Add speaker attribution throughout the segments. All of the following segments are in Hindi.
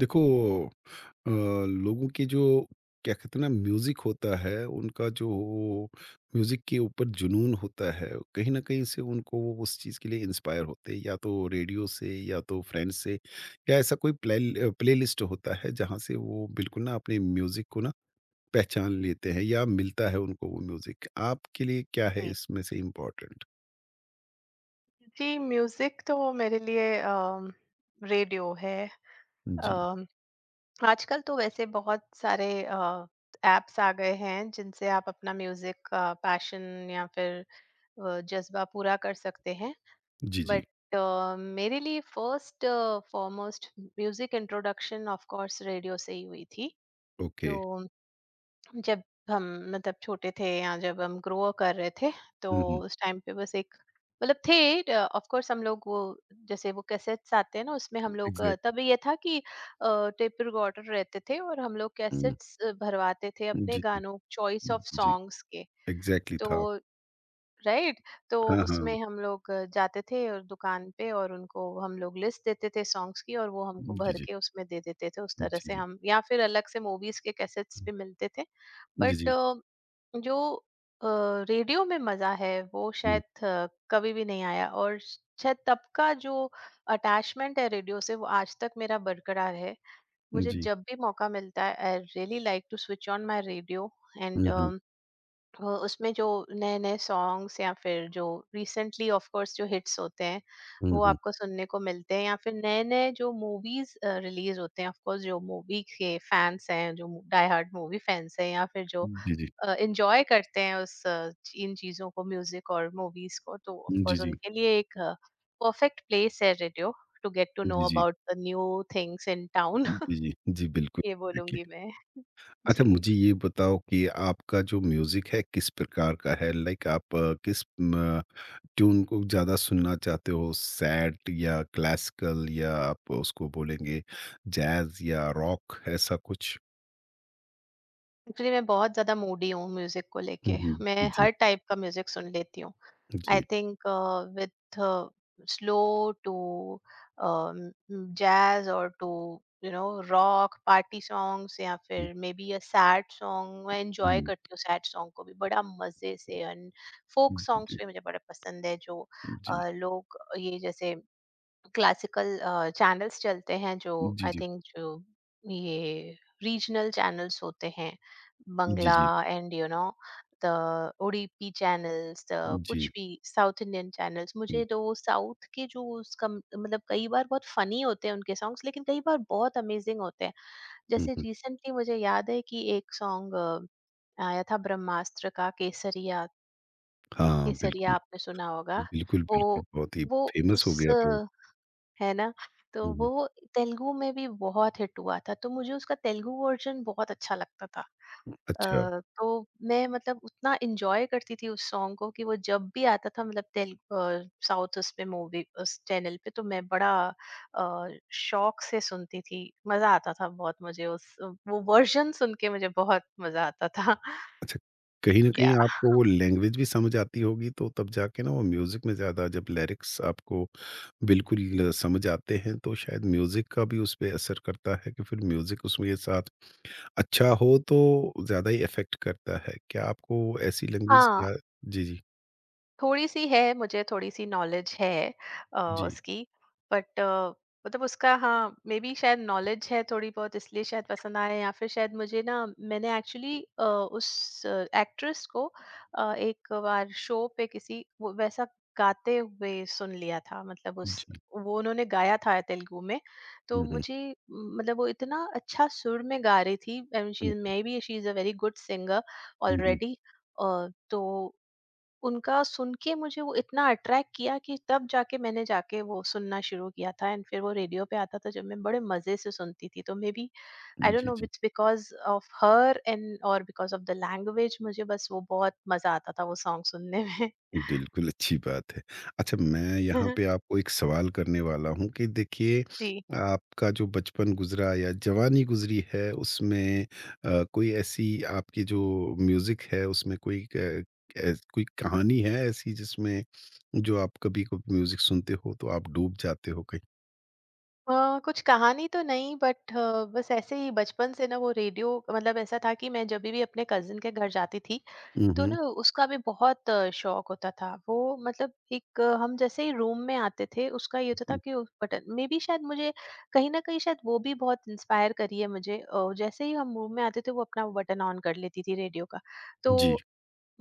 Speaker 1: देखो। लोगों के जो क्या कहते हैं ना, म्यूज़िक होता है उनका, जो म्यूज़िक के ऊपर जुनून होता है। कहीं ना कहीं से उनको वो उस चीज़ के लिए इंस्पायर होते हैं, या तो रेडियो से या तो फ्रेंड्स से, या ऐसा कोई प्लेलिस्ट होता है जहाँ से वो बिल्कुल ना अपने म्यूज़िक को ना पहचान लेते हैं या मिलता है उनको वो म्यूज़िक। आपके लिए क्या है
Speaker 2: जी
Speaker 1: इसमें से इम्पोर्टेंट?
Speaker 2: जी, म्यूजिक तो मेरे लिए रेडियो है।
Speaker 1: जी।
Speaker 2: अम, आजकल तो वैसे बहुत सारे एप्स आ गए हैं जिनसे आप अपना म्यूजिक का पैशन या फिर जज्बा पूरा कर सकते हैं।
Speaker 1: जी। जी।
Speaker 2: बट मेरे लिए first foremost music introduction of course radio से ही हुई थी।
Speaker 1: ओके।
Speaker 2: तो जब हम मतलब छोटे थे या जब हम ग्रो कर रहे थे तो
Speaker 1: हम्म।
Speaker 2: उस टाइम पे बस एक मतलब थे। ऑफ कोर्स हम लोग वो जैसे वो कैसेट्स आते हैं ना, उसमें हम लोग
Speaker 1: एग्जैक्ट।
Speaker 2: तब ये था कि टेप रिकॉर्डर रहते थे और हम लोग कैसेट्स भरवाते थे अपने
Speaker 1: जी। जी।
Speaker 2: गानों चॉइस ऑफ
Speaker 1: जी।
Speaker 2: सॉन्ग्स के।
Speaker 1: एग्जैक्टली था।
Speaker 2: तो राइट, तो
Speaker 1: हाँ, हाँ।
Speaker 2: उसमें हम लोग जाते थे और दुकान पे, और उनको हम लोग लिस्ट देते थे सॉन्ग्स की, और वो हमको
Speaker 1: जी,
Speaker 2: भर
Speaker 1: जी।
Speaker 2: के उसमें दे देते थे। उस तरह
Speaker 1: जी,
Speaker 2: से
Speaker 1: जी।
Speaker 2: हम या फिर अलग से मूवीज के कैसेट्स भी मिलते थे।
Speaker 1: जी,
Speaker 2: बट
Speaker 1: जी।
Speaker 2: जो अ, रेडियो में मजा है वो
Speaker 1: हुँ,
Speaker 2: शायद कभी भी नहीं आया, और शायद तब का जो अटैचमेंट है रेडियो से वो आज तक मेरा बरकरार है। मुझे
Speaker 1: जी।
Speaker 2: जब भी मौका मिलता है I really like to switch on my radio and
Speaker 1: हुँ, हुँ।
Speaker 2: उसमें जो नए नए सॉन्ग्स या फिर जो रिसेंटली ऑफ कोर्स जो हिट्स होते हैं
Speaker 1: हुँ,
Speaker 2: वो
Speaker 1: हुँ।
Speaker 2: आपको सुनने को मिलते हैं, या फिर नए नए जो मूवीज रिलीज होते हैं। ऑफ कोर्स जो मूवी के फैंस हैं, जो डाई हार्ड मूवी फैंस हैं, या फिर जो
Speaker 1: जी, जी।
Speaker 2: एंजॉय करते हैं उस इन चीज़ों को, म्यूजिक और मूवीज को, तो ऑफ
Speaker 1: जी,
Speaker 2: कोर्स
Speaker 1: जी।
Speaker 2: उनके लिए एक परफेक्ट प्लेस है radio, to get to know
Speaker 1: जी, जी।
Speaker 2: About the new things in town.
Speaker 1: जी, जी। जी, बिल्कुल।
Speaker 2: ये बोलूंगी
Speaker 1: एग्ज़ैक्टली।
Speaker 2: मैं।
Speaker 1: अच्छा,
Speaker 2: जी।
Speaker 1: मुझे ये बताओ कि आपका जो म्यूज़िक है किस प्रकार का है? लाइक, आप किस म ट्यून को ज़्यादा सुनना चाहते हो? सैड या क्लासिकल या आप उसको बोलेंगे जैज़ या रॉक, ऐसा कुछ?
Speaker 2: एक्चुअली मैं बहुत ज्यादा मूडी हूँ म्यूजिक को
Speaker 1: हुँ,
Speaker 2: लेके।
Speaker 1: हुँ।
Speaker 2: मैं
Speaker 1: जी,
Speaker 2: हर टाइप का म्यूजिक सुन लेती हूँ।
Speaker 1: जी।
Speaker 2: I
Speaker 1: जी।
Speaker 2: think with uh, slow to jazz or to you know rock party songs या
Speaker 1: हुँ,
Speaker 2: फिर maybe a sad song, मैं enjoy
Speaker 1: हुँ।
Speaker 2: करती हूँ सैड सॉन्ग को भी बड़ा मजे से। एंड फोक
Speaker 1: जी,
Speaker 2: सॉन्ग्स
Speaker 1: जी।
Speaker 2: भी मुझे बड़े पसंद है। जो
Speaker 1: जी, जी।
Speaker 2: लोग ये जैसे क्लासिकल चैनल्स चलते हैं, जो आई थिंक जो ये रीजनल चैनल्स होते हैं,
Speaker 1: जी,
Speaker 2: बंगला
Speaker 1: जी।
Speaker 2: And you know the ODP channels the
Speaker 1: जी, जी।
Speaker 2: कुछ भी साउथ इंडियन चैनल्स, मुझे तो वो साउथ के जो उसका मतलब कई बार बहुत फनी होते हैं उनके सॉन्ग्स, लेकिन कई बार बहुत अमेजिंग होते हैं।
Speaker 1: हुँ,
Speaker 2: जैसे
Speaker 1: हुँ।
Speaker 2: रिसेंटली मुझे याद है कि एक सॉन्ग आया था, ब्रह्मास्त्र का केसरिया।
Speaker 1: हाँ, बिल्कुल।
Speaker 2: केसरिया आपने सुना होगा।
Speaker 1: बिल्कुल,
Speaker 2: वो
Speaker 1: बिल्कुल, बहुत ही
Speaker 2: वो
Speaker 1: फ़ेमस हो
Speaker 2: उस
Speaker 1: गया था वो।
Speaker 2: है ना, तो
Speaker 1: हुँ,
Speaker 2: वो
Speaker 1: हुँ।
Speaker 2: तेलुगु में भी बहुत हिट हुआ था, तो मुझे उसका तेलुगु वर्जन बहुत अच्छा लगता था।
Speaker 1: अच्छा।
Speaker 2: तो मैं मतलब उतना एंजॉय करती थी उस सॉन्ग को, कि वो जब भी आता था मतलब तेलुगु साउथ उस पे मूवी उस चैनल पे, तो मैं बड़ा अ, शौक से सुनती थी। मजा आता था बहुत मुझे उस, वो वर्जन सुन के मुझे बहुत मजा आता था।
Speaker 1: अच्छा, कहीं न
Speaker 2: या
Speaker 1: कहीं आपको वो लैंग्वेज भी समझ आती होगी, तो तब जाके ना वो म्यूज़िक में ज़्यादा, जब लिरिक्स आपको बिल्कुल समझ आते हैं, तो शायद म्यूज़िक का भी उस पे असर करता है कि फिर म्यूज़िक उसमें साथ अच्छा हो, तो ज़्यादा ही इफ़ेक्ट करता है। क्या आपको ऐसी लैंग्वेज
Speaker 2: हाँ,
Speaker 1: या जी, जी।
Speaker 2: थोड़ी-सी है, मुझे थोड़ी-सी नॉलेज है अ,
Speaker 1: जी,
Speaker 2: उसकी। बट मतलब उसका हाँ, मेबी शायद नॉलेज है थोड़ी बहुत, इसलिए शायद पसंद आया। या फिर शायद मुझे ना, मैंने एक्चुअली उस एक्ट्रेस को एक बार शो पे किसी वो वैसा गाते हुए सुन लिया था। मतलब उस
Speaker 1: जी।
Speaker 2: वो उन्होंने गाया था तेलुगु में, तो
Speaker 1: हुँ, हुँ।
Speaker 2: मुझे मतलब वो इतना अच्छा सुर में गा रही थी, and she
Speaker 1: hmm,
Speaker 2: is maybe she is a very good singer
Speaker 1: hmm, hmm.
Speaker 2: Already. तो उनका सुन के मुझे वो इतना अट्रैक्ट किया कि तब जाके मैंने जाके वो सुनना शुरू किया था, एंड फिर वो रेडियो पे आता था जब, मैं बड़े मजे से सुनती थी। तो मे बी आई डोंट
Speaker 1: जी,
Speaker 2: नो
Speaker 1: जी।
Speaker 2: It's because of her and और बिकॉज ऑफ द लैंग्वेज, मुझे बस वो बहुत मजा आता था वो सॉन्ग सुनने में।
Speaker 1: बिल्कुल, अच्छी बात है। अच्छा, मैं यहाँ पे आपको एक सवाल करने वाला हूँ कि देखिए,
Speaker 2: जी।
Speaker 1: आपका जो बचपन गुज़रा या जवानी गुज़री है उसमें कोई ऐसी आपकी जो म्यूज़िक है उसमें कोई क ऐस कोई कहानी है ऐसी जिसमें जो आप कभी को म्यूज़िक सुनते हो तो आप डूब जाते हो कहीं?
Speaker 2: कुछ कहानी तो नहीं, बट बस ऐसे ही बचपन से ना वो रेडियो, मतलब ऐसा था कि मैं जब भी अपने कजिन के घर जाती थी
Speaker 1: हुँ,
Speaker 2: तो
Speaker 1: हुँ।
Speaker 2: ना उसका भी बहुत शौक होता था वो, मतलब एक हम जैसे ही रूम में आते थे उसका ये होता था
Speaker 1: हुँ,
Speaker 2: कि उस बटन, मे बी शायद मुझे कहीं ना कहीं शायद वो भी बहुत इंस्पायर करी है मुझे। जैसे ही हम रूम में आते थे वो अपना वो बटन ऑन कर लेती थी रेडियो का। तो
Speaker 1: जी।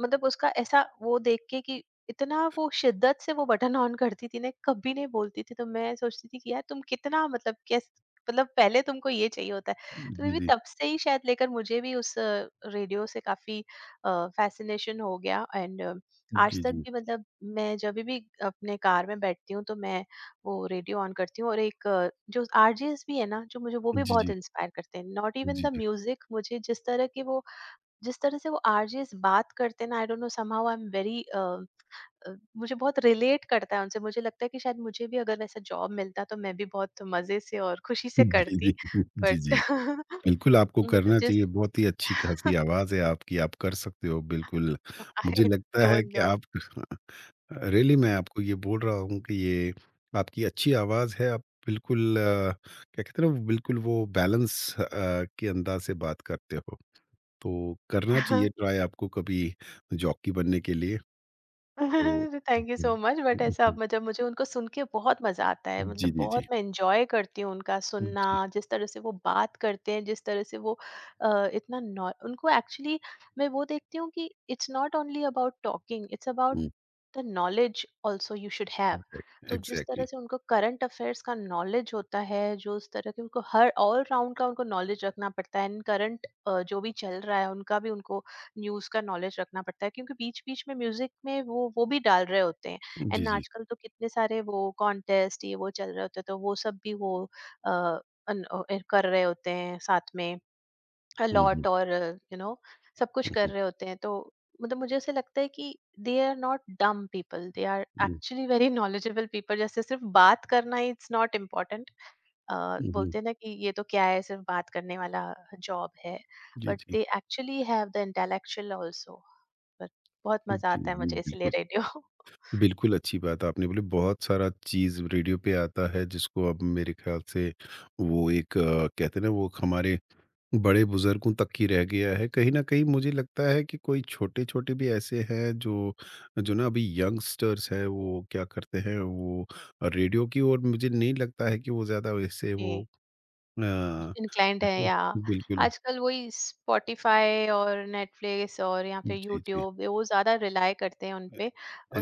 Speaker 2: मतलब उसका ऐसा वो देख के कि इतना वो शिद्दत से वो बटन ऑन करती थी ना, कभी नहीं बोलती थी, तो मैं सोचती थी कि यार तुम कितना मतलब कैस, मतलब पहले तुमको ये चाहिए होता है। तो मैं
Speaker 1: जी,
Speaker 2: भी
Speaker 1: जी।
Speaker 2: तब से ही शायद लेकर मुझे भी उस रेडियो से काफी फैसिनेशन हो गया। एंड आज
Speaker 1: जी,
Speaker 2: तक
Speaker 1: जी।
Speaker 2: भी मतलब मैं जब भी अपने कार में बैठती हूँ तो मैं वो रेडियो ऑन करती हूँ। और एक जो आरजेस भी है ना, जो मुझे वो भी
Speaker 1: जी,
Speaker 2: बहुत
Speaker 1: जी।
Speaker 2: इंस्पायर करते हैं, नॉट इवन
Speaker 1: जी,
Speaker 2: द
Speaker 1: जी।
Speaker 2: म्यूजिक, मुझे जिस तरह के वो, जिस तरह से वो आरजेस बात करते हैं ना, I don't know somehow I am very, मुझे बहुत रिलेट करता है उनसे। मुझे लगता है कि शायद मुझे भी अगर वैसा जॉब मिलता तो मैं भी बहुत मजे से और खुशी से
Speaker 1: जी, जी।
Speaker 2: करती,
Speaker 1: जी,
Speaker 2: बट।
Speaker 1: जी। बिल्कुल, आपको
Speaker 2: मतलब
Speaker 1: करना
Speaker 2: जिस
Speaker 1: चाहिए। बहुत ही अच्छी-खासी आवाज़ है आपकी, आप कर सकते हो बिल्कुल। मुझे
Speaker 2: आई
Speaker 1: लगता है
Speaker 2: डोंट
Speaker 1: कि
Speaker 2: नो।
Speaker 1: आप, रियली मैं आपको ये बोल रहा हूँ कि ये आपकी अच्छी आवाज़ है। आप बिल्कुल क्या कहते हैं ना, बिल्कुल वो बैलेंस के अंदाज़ से बात करते हो। तो करना चाहिए ट्राई आपको कभी जॉकी बनने के लिए। तो
Speaker 2: thank you
Speaker 1: hmm,
Speaker 2: so much, but ऐसा
Speaker 1: हुँ।
Speaker 2: मतलब मुझे उनको सुन के बहुत मजा आता है,
Speaker 1: जी,
Speaker 2: मतलब
Speaker 1: जी,
Speaker 2: बहुत
Speaker 1: जी।
Speaker 2: मैं एंजॉय करती हूँ उनका सुनना।
Speaker 1: जी।
Speaker 2: जिस तरह से वो बात करते हैं, जिस तरह से वो इतना उनको एक्चुअली मैं वो देखती हूँ कि it's not only about talking, it's about
Speaker 1: hmm.
Speaker 2: The knowledge also you should have.
Speaker 1: Exact
Speaker 2: तो जिस तरह
Speaker 1: एग्ज़ैक्टली।
Speaker 2: से उनको करंट अफेयर्स का नॉलेज होता है, जो उस तरह के उनको हर ऑल राउंड का उनको नॉलेज रखना पड़ता है, करंट जो भी चल रहा है उनका भी उनको न्यूज़ का नॉलेज रखना पड़ता है, क्योंकि बीच-बीच में म्यूज़िक में वो भी डाल रहे होते हैं।
Speaker 1: जी,
Speaker 2: एंड
Speaker 1: जी।
Speaker 2: आजकल तो कितने सारे वो कॉन्टेस्ट ये वो चल रहे होते हैं, तो वो सब भी वो अ, ए कर रहे होते हैं साथ में
Speaker 1: हुँ, हुँ।
Speaker 2: अलॉट, और यू नो सब कुछ
Speaker 1: हुँ,
Speaker 2: कर
Speaker 1: हुँ।
Speaker 2: रहे होते हैं। तो मतलब मुझे ऐसे लगता है कि they are not dumb people, they are
Speaker 1: hmm,
Speaker 2: actually very knowledgeable people. जैसे सिर्फ बात करना इट्स नॉट इम्पोर्टेंट। अ,
Speaker 1: हुँ, हुँ।
Speaker 2: बोलते हैं ना कि ये तो क्या है सिर्फ बात करने वाला जॉब है,
Speaker 1: जी,
Speaker 2: बट
Speaker 1: जी।
Speaker 2: They actually have the intellectual also. But बहुत मजा
Speaker 1: जी,
Speaker 2: आता है मुझे इसीलिए
Speaker 1: बिल्कुल।
Speaker 2: रेडियो।
Speaker 1: बिल्कुल, अच्छी बात आपने बोली। बहुत सारा चीज़ रेडियो पे आता है जिसको अब मेरे ख़्याल से वो एक कहते हैं ना, वो हमारे बड़े बुज़ुर्गों तक ही रह गया है। कहीं न कहीं मुझे लगता है कि कोई छोटे-छोटे भी ऐसे हैं जो जो ना अभी यंगस्टर्स हैं वो क्या करते हैं, वो रेडियो की ओर मुझे नहीं लगता है कि वो ज़्यादा वैसे वो
Speaker 2: जी, इंक्लाइंड है
Speaker 1: कहते हैं
Speaker 2: या
Speaker 1: बिल्कुल।
Speaker 2: आजकल वही स्पॉटिफाई और नेटफ्लिक्स और या फिर
Speaker 1: जी, जी।
Speaker 2: यूट्यूब, वो ज़्यादा रिलाय करते हैं उन पे।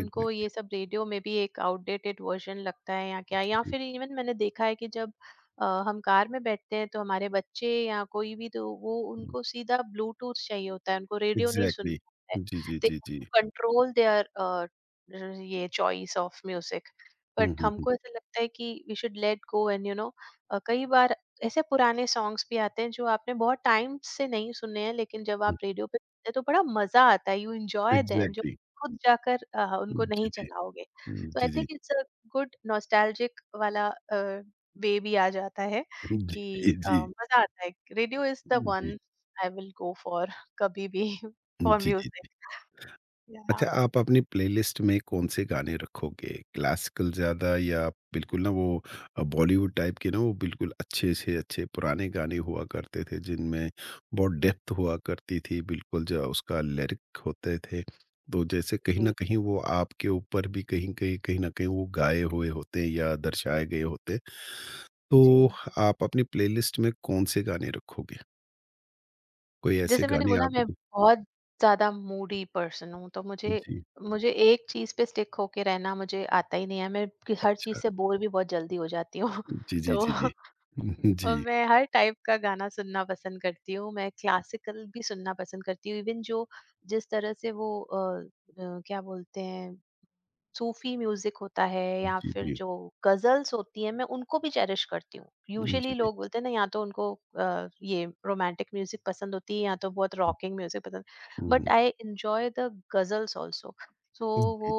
Speaker 2: उनको ये सब रेडियो में भी एक आउटडेटेड वर्जन लगता है या क्या,
Speaker 1: जी,
Speaker 2: या
Speaker 1: जी।
Speaker 2: फिर इवन मैंने देखा है कि जब हम कार में बैठते हैं तो हमारे बच्चे या कोई भी तो वो उनको सीधा ब्लूटूथ चाहिए होता है, उनको रेडियो नहीं
Speaker 1: एग्ज़ैक्टली।
Speaker 2: सुनना होता है।
Speaker 1: जी, जी,
Speaker 2: दे
Speaker 1: जी, जी।
Speaker 2: कंट्रोल देयर ये चॉइस ऑफ म्यूजिक। बट
Speaker 1: हुँ, हुँ, हुँ।
Speaker 2: हमको ऐसा लगता है कि we should let go, and you know कई बार ऐसे पुराने सॉन्ग्स भी आते हैं जो आपने बहुत टाइम से नहीं सुने हैं, लेकिन जब आप रेडियो पे सुनते हैं तो बड़ा मजा आता है, यू एंजॉय देम। जो
Speaker 1: Exactly.
Speaker 2: खुद जाकर उनको नहीं
Speaker 1: Didi.
Speaker 2: चलाओगे, तो I
Speaker 1: Didi.
Speaker 2: Think it's a good nostalgic वाला वे भी आ जाता है कि
Speaker 1: Didi.
Speaker 2: मजा आता है। Radio is the
Speaker 1: Didi.
Speaker 2: One I will go for कभी भी, फॉर
Speaker 1: Didi.
Speaker 2: म्यूजिक या।
Speaker 1: अच्छा, आप अपनी प्लेलिस्ट में कौन-से गाने रखोगे? क्लासिकल ज़्यादा या बिल्कुल ना वो बॉलीवुड टाइप के, ना वो बिल्कुल अच्छे से अच्छे पुराने गाने हुआ करते थे, जिनमें बहुत डेप्थ हुआ करती थी, बिल्कुल जो उसका लिरिक होते थे। तो जैसे कहीं न
Speaker 2: जी
Speaker 1: कहीं वो आपके ऊपर भी कहीं कहीं कहीं न कहीं वो गाए हुए होते हैं या दर्शाए गए होते। तो
Speaker 2: जी,
Speaker 1: आप अपनी प्लेलिस्ट में कौन-से गाने रखोगे? कोई ऐसे
Speaker 2: जैसे मैंने
Speaker 1: गाने
Speaker 2: बोला
Speaker 1: आप
Speaker 2: मैं बहुत ज़्यादा मूडी पर्सन हूँ, तो मुझे,
Speaker 1: जी,
Speaker 2: मुझे एक चीज़ पे स्टिक होके रहना मुझे आता ही नहीं है। मैं कि हर चीज़
Speaker 1: अच्छा।
Speaker 2: से बोर भी बहुत जल्दी हो जाती हूँ।
Speaker 1: जी, जी,
Speaker 2: तो
Speaker 1: जी, जी। जी।
Speaker 2: मैं हर टाइप का गाना सुनना पसंद करती हूँ, मैं क्लासिकल भी सुनना पसंद करती हूँ। इवन जो जिस तरह से वो क्या बोलते हैं, सूफी म्यूजिक होता है, या
Speaker 1: जी,
Speaker 2: फिर
Speaker 1: जी।
Speaker 2: जो गजल्स होती हैं, मैं उनको भी चेरिश करती हूँ।
Speaker 1: हुँ, जी,
Speaker 2: यूजुअली
Speaker 1: जी।
Speaker 2: लोग बोलते हैं ना या तो उनको ये रोमांटिक म्यूजिक पसंद होती है या तो बहुत
Speaker 1: हुँ,
Speaker 2: रॉकिंग म्यूजिक पसंद,
Speaker 1: हुँ,
Speaker 2: बट
Speaker 1: हुँ।
Speaker 2: I enjoy the ghazals also. So
Speaker 1: जी।
Speaker 2: वो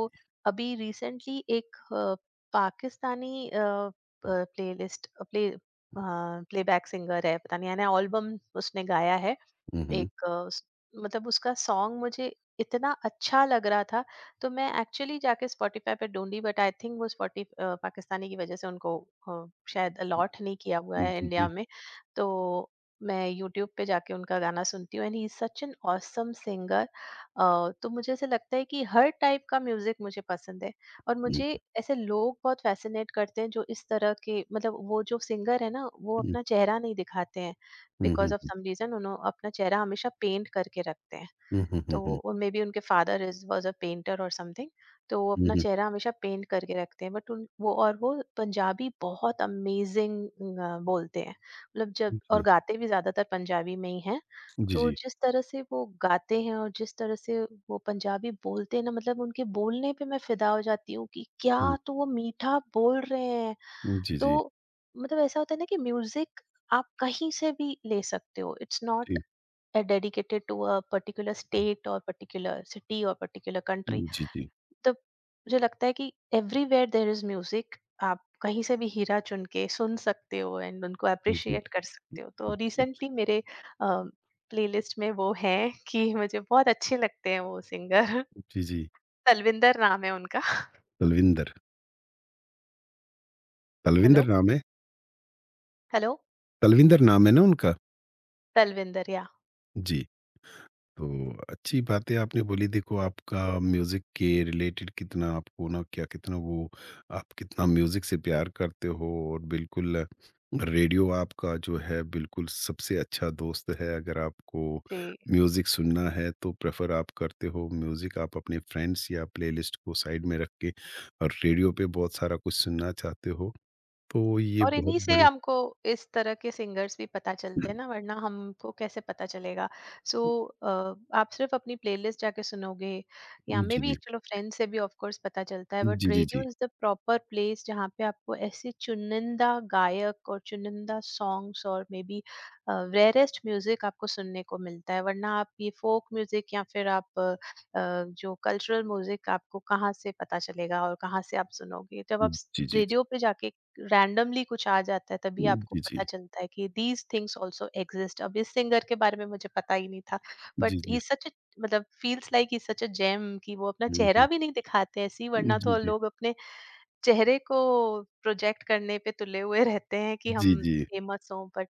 Speaker 2: अभी रिसेंटली एक Pakistani playlist play playback singer है, पता नहीं यानी एल्बम उसने गाया है
Speaker 1: हुँ, हुँ।
Speaker 2: एक मतलब उसका सॉन्ग मुझे इतना अच्छा लग रहा था, तो मैं एक्चुअली जाके स्पॉटिफाई पे ढूंढी, बट आई थिंक वो स्पॉटी पाकिस्तानी की वजह से उनको अ, शायद अलॉट नहीं किया हुआ है
Speaker 1: जी,
Speaker 2: इंडिया
Speaker 1: जी।
Speaker 2: में। तो मैं यूट्यूब पे जाके उनका गाना सुनती हूँ, and he is such an awesome singer. तो मुझे ऐसे लगता है कि हर टाइप का म्यूजिक मुझे पसंद है। और
Speaker 1: हुँ,
Speaker 2: मुझे ऐसे लोग बहुत फैसिनेट करते हैं जो इस तरह के, मतलब वो जो सिंगर है ना वो
Speaker 1: हुँ।
Speaker 2: अपना चेहरा नहीं दिखाते हैं
Speaker 1: हुँ, हुँ,
Speaker 2: because of
Speaker 1: hmm.
Speaker 2: Some reason, उन्होंने अपना चेहरा हमेशा पेंट करके रखते हैं।
Speaker 1: हुँ, हुँ, हुँ, हुँ।
Speaker 2: तो मे बी उनके father is was a painter और समथिंग, तो वो
Speaker 1: हुँ,
Speaker 2: अपना
Speaker 1: हुँ।
Speaker 2: चेहरा हमेशा पेंट करके रखते हैं। बट उन वो और वो पंजाबी बहुत अमेजिंग बोलते हैं, मतलब जब, और
Speaker 1: जी,
Speaker 2: गाते भी ज्यादातर पंजाबी में ही हैं।
Speaker 1: जी,
Speaker 2: तो
Speaker 1: जी।
Speaker 2: जिस तरह से वो गाते हैं और जिस तरह से वो पंजाबी बोलते हैं ना, मतलब उनके बोलने पे मैं फिदा हो जाती हूँ कि क्या
Speaker 1: हुँ,
Speaker 2: तो वो मीठा बोल रहे हैं।
Speaker 1: जी, जी, जी।
Speaker 2: तो मतलब ऐसा होता है ना कि म्यूजिक आप कहीं से भी ले सकते हो, इट्स
Speaker 1: जी, जी।
Speaker 2: Not dedicated to a particular state और पर्टिकुलर सिटी और पर्टिकुलर कंट्री।
Speaker 1: जी, जी।
Speaker 2: तो मुझे लगता है कि एवरीवेयर देयर इज म्यूजिक, आप कहीं से भी हीरा चुन के सुन सकते हो, एंड उनको अप्रिशिएट कर सकते हो। तो रिसेंटली मेरे प्लेलिस्ट में वो हैं कि मुझे बहुत अच्छे लगते हैं वो सिंगर।
Speaker 1: जी, जी।
Speaker 2: तलविंदर नाम है उनका।
Speaker 1: तलविंदर,
Speaker 2: हेलो,
Speaker 1: तलविंदर नाम है।
Speaker 2: हेलो।
Speaker 1: तलविंदर नाम है ना उनका?
Speaker 2: तलविंदर या।
Speaker 1: जी। तो अच्छी बातें आपने बोली। देखो, आपका म्यूज़िक के रिलेटेड कितना आपको ना, क्या कितना वो, आप कितना म्यूज़िक से प्यार करते हो। और बिल्कुल रेडियो आपका जो है बिल्कुल सबसे अच्छा दोस्त है। अगर आपको
Speaker 2: जी।
Speaker 1: म्यूज़िक सुनना है तो प्रेफर आप करते हो म्यूज़िक, आप अपने फ्रेंड्स या प्लेलिस्ट को साइड में रख के, और रेडियो पे बहुत सारा कुछ सुनना चाहते हो। तो ये
Speaker 2: और
Speaker 1: बहुत
Speaker 2: इन्हीं से
Speaker 1: बड़ी
Speaker 2: हमको इस तरह के सिंगर्स भी पता चलते हैं ना, वरना हमको कैसे पता चलेगा। सो आप सिर्फ अपनी प्लेलिस्ट जाके सुनोगे, या मे
Speaker 1: जी,
Speaker 2: भी
Speaker 1: जी।
Speaker 2: चलो फ्रेंड्स से भी ऑफ कोर्स पता चलता है, बट
Speaker 1: जी, जी,
Speaker 2: रेडियो
Speaker 1: जी।
Speaker 2: इज द प्रॉपर प्लेस जहाँ पे आपको ऐसे चुनिंदा गायक और चुनिंदा सॉन्ग्स और मे बी रेयरेस्ट म्यूजिक आपको सुनने को मिलता है। वरना आप ये फोक म्यूजिक या फिर आप जो कल्चरल म्यूजिक आपको कहाँ से पता चलेगा और कहाँ से आप सुनोगे। जब आप
Speaker 1: जी, जी,
Speaker 2: रेडियो
Speaker 1: जी।
Speaker 2: पे जाके रैंडमली कुछ आ जाता है तभी आपको
Speaker 1: जी,
Speaker 2: पता
Speaker 1: जी।
Speaker 2: चलता है कि दीज थिंग्स आल्सो एग्जिस्ट, अब इस सिंगर के बारे में मुझे पता ही नहीं था, बट
Speaker 1: जी, जी।
Speaker 2: ही सच, मतलब feels like he such a gem कि वो अपना
Speaker 1: हुँ,
Speaker 2: चेहरा
Speaker 1: हुँ।
Speaker 2: भी नहीं दिखाते ऐसे ही, वरना
Speaker 1: जी,
Speaker 2: तो
Speaker 1: जी।
Speaker 2: लोग अपने चेहरे को प्रोजेक्ट करने पे तुले हुए रहते हैं कि
Speaker 1: जी,
Speaker 2: हम
Speaker 1: जी।
Speaker 2: फेमस हों। बट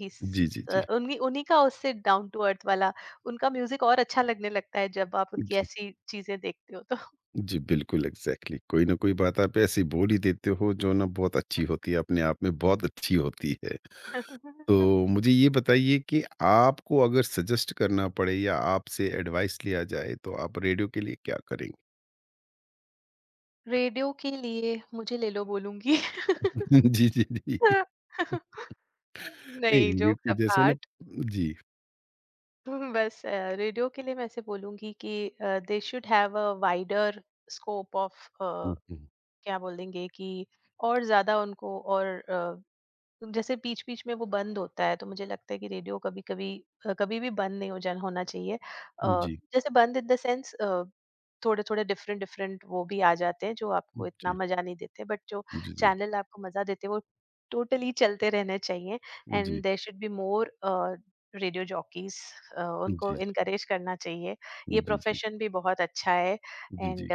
Speaker 2: ही
Speaker 1: जी, जी, जी।
Speaker 2: उन्हीं उन्हीं का उससे डाउन टू अर्थ वाला, उनका म्यूजिक और अच्छा लगने लगता है जब आप उनकी
Speaker 1: जी।
Speaker 2: ऐसी चीजें देखते हो तो।
Speaker 1: जी, बिल्कुल। एग्ज़ैक्टली, कोई ना कोई बात आप ऐसी बोल ही देते हो जो ना बहुत अच्छी होती है, अपने आप में बहुत अच्छी होती है। तो मुझे ये बताइए कि आपको अगर सजेस्ट करना पड़े या आपसे एडवाइस लिया जाए तो आप रेडियो के लिए क्या करेंगे?
Speaker 2: रेडियो के लिए मुझे ले लो बोलूंगी।
Speaker 1: जी, जी, जी। नहीं,
Speaker 2: नहीं,
Speaker 1: रेडियो
Speaker 2: जोक्स
Speaker 1: को जैसे ना
Speaker 2: अपार्ट।
Speaker 1: जी।
Speaker 2: बस रेडियो के लिए मैं ऐसे बोलूंगी कि they should have a wider scope of,
Speaker 1: हुँ, हुँ।
Speaker 2: क्या बोलेंगे कि, और ज्यादा उनको और, जैसे बीच बीच में वो बंद होता है तो मुझे लगता है कि रेडियो कभी कभी कभी भी बंद नहीं हो जाना होना चाहिए। अ,
Speaker 1: जी,
Speaker 2: जैसे बंद इन द सेंस थोड़े थोड़े डिफरेंट डिफरेंट वो भी आ जाते हैं जो आपको इतना
Speaker 1: जी,
Speaker 2: मजा नहीं देते, बट जो
Speaker 1: जी, जी, जी,
Speaker 2: चैनल आपको मजा देते हैं वो टोटली चलते रहने चाहिए।
Speaker 1: जी,
Speaker 2: and there should be more radio jockeys,
Speaker 1: जी,
Speaker 2: उनको
Speaker 1: जी,
Speaker 2: इनकरेज करना चाहिए। ये
Speaker 1: जी,
Speaker 2: प्रोफेशन भी बहुत अच्छा है,
Speaker 1: जी,
Speaker 2: एंड
Speaker 1: जी,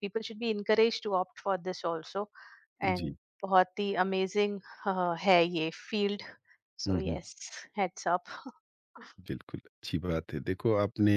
Speaker 2: people should be encourage to opt for this also,
Speaker 1: जी।
Speaker 2: एंड बहुत ही अमेजिंग है ये फ़ील्ड। सो
Speaker 1: हुँ, हुँ।
Speaker 2: Yes, heads up.
Speaker 1: बिल्कुल अच्छी बात है। देखो आपने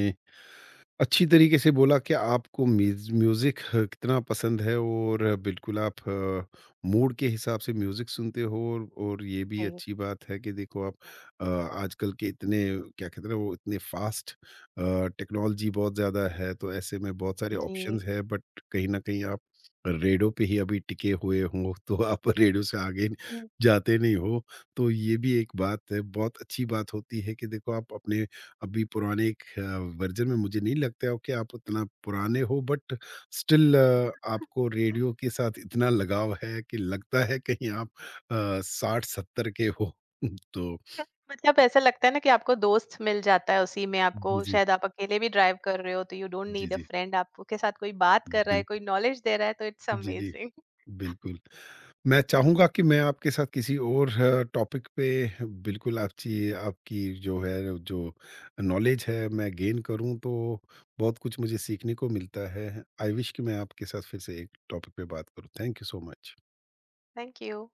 Speaker 1: अच्छी तरीके से बोला कि आपको म्यूज़ म्यूज़िक ह कितना पसंद है, और बिल्कुल आप मूड के हिसाब से म्यूज़िक सुनते हो। और ये भी
Speaker 2: जी,
Speaker 1: अच्छी बात है कि देखो, आप अ, आजकल के इतने क्या कहते हैं ना, वो इतने फ़ास्ट टेक्नोलॉजी बहुत ज़्यादा है तो ऐसे में बहुत सारे
Speaker 2: जी।
Speaker 1: ऑप्शंस है, बट कहीं न कहीं आप रेडियो पे ही अभी टिके हुए हो। तो आप रेडियो से आगे
Speaker 2: हुँ,
Speaker 1: जाते नहीं हो। तो ये भी एक बात है, बहुत अच्छी बात होती है कि देखो, आप अपने अभी पुराने एक वर्ज़न में, मुझे नहीं लगता हो कि आप उतना पुराने हो, बट स्टिल आपको रेडियो के साथ इतना लगाव है कि लगता है कहीं आप 60-70 के हो। तो
Speaker 2: मतलब ऐसा लगता है ना कि आपको दोस्त मिल जाता है उसी में। आपको
Speaker 1: जी, जी।
Speaker 2: शायद, आप अकेले भी ड्राइव कर रहे हो तो यू डोंट
Speaker 1: जी,
Speaker 2: नीड अ
Speaker 1: जी।
Speaker 2: फ्रेंड, आपके साथ कोई बात कर रहा है,
Speaker 1: बिल्क
Speaker 2: कोई नॉलेज दे रहा है, तो इट्स
Speaker 1: जी, जी।
Speaker 2: अमेज़िंग।
Speaker 1: बिल्कुल। मैं चाहूँगा कि मैं आपके साथ किसी और टॉपिक पे बिल्कुल आपची आपकी जो है, जो नॉलेज है मैं गेन करूँ, तो बहुत कुछ मुझे सीखने को मिलता है। आई विश कि मैं आपके साथ फिर से एक टॉपिक पे बात करूँ। Thank you so much.
Speaker 2: Thank you.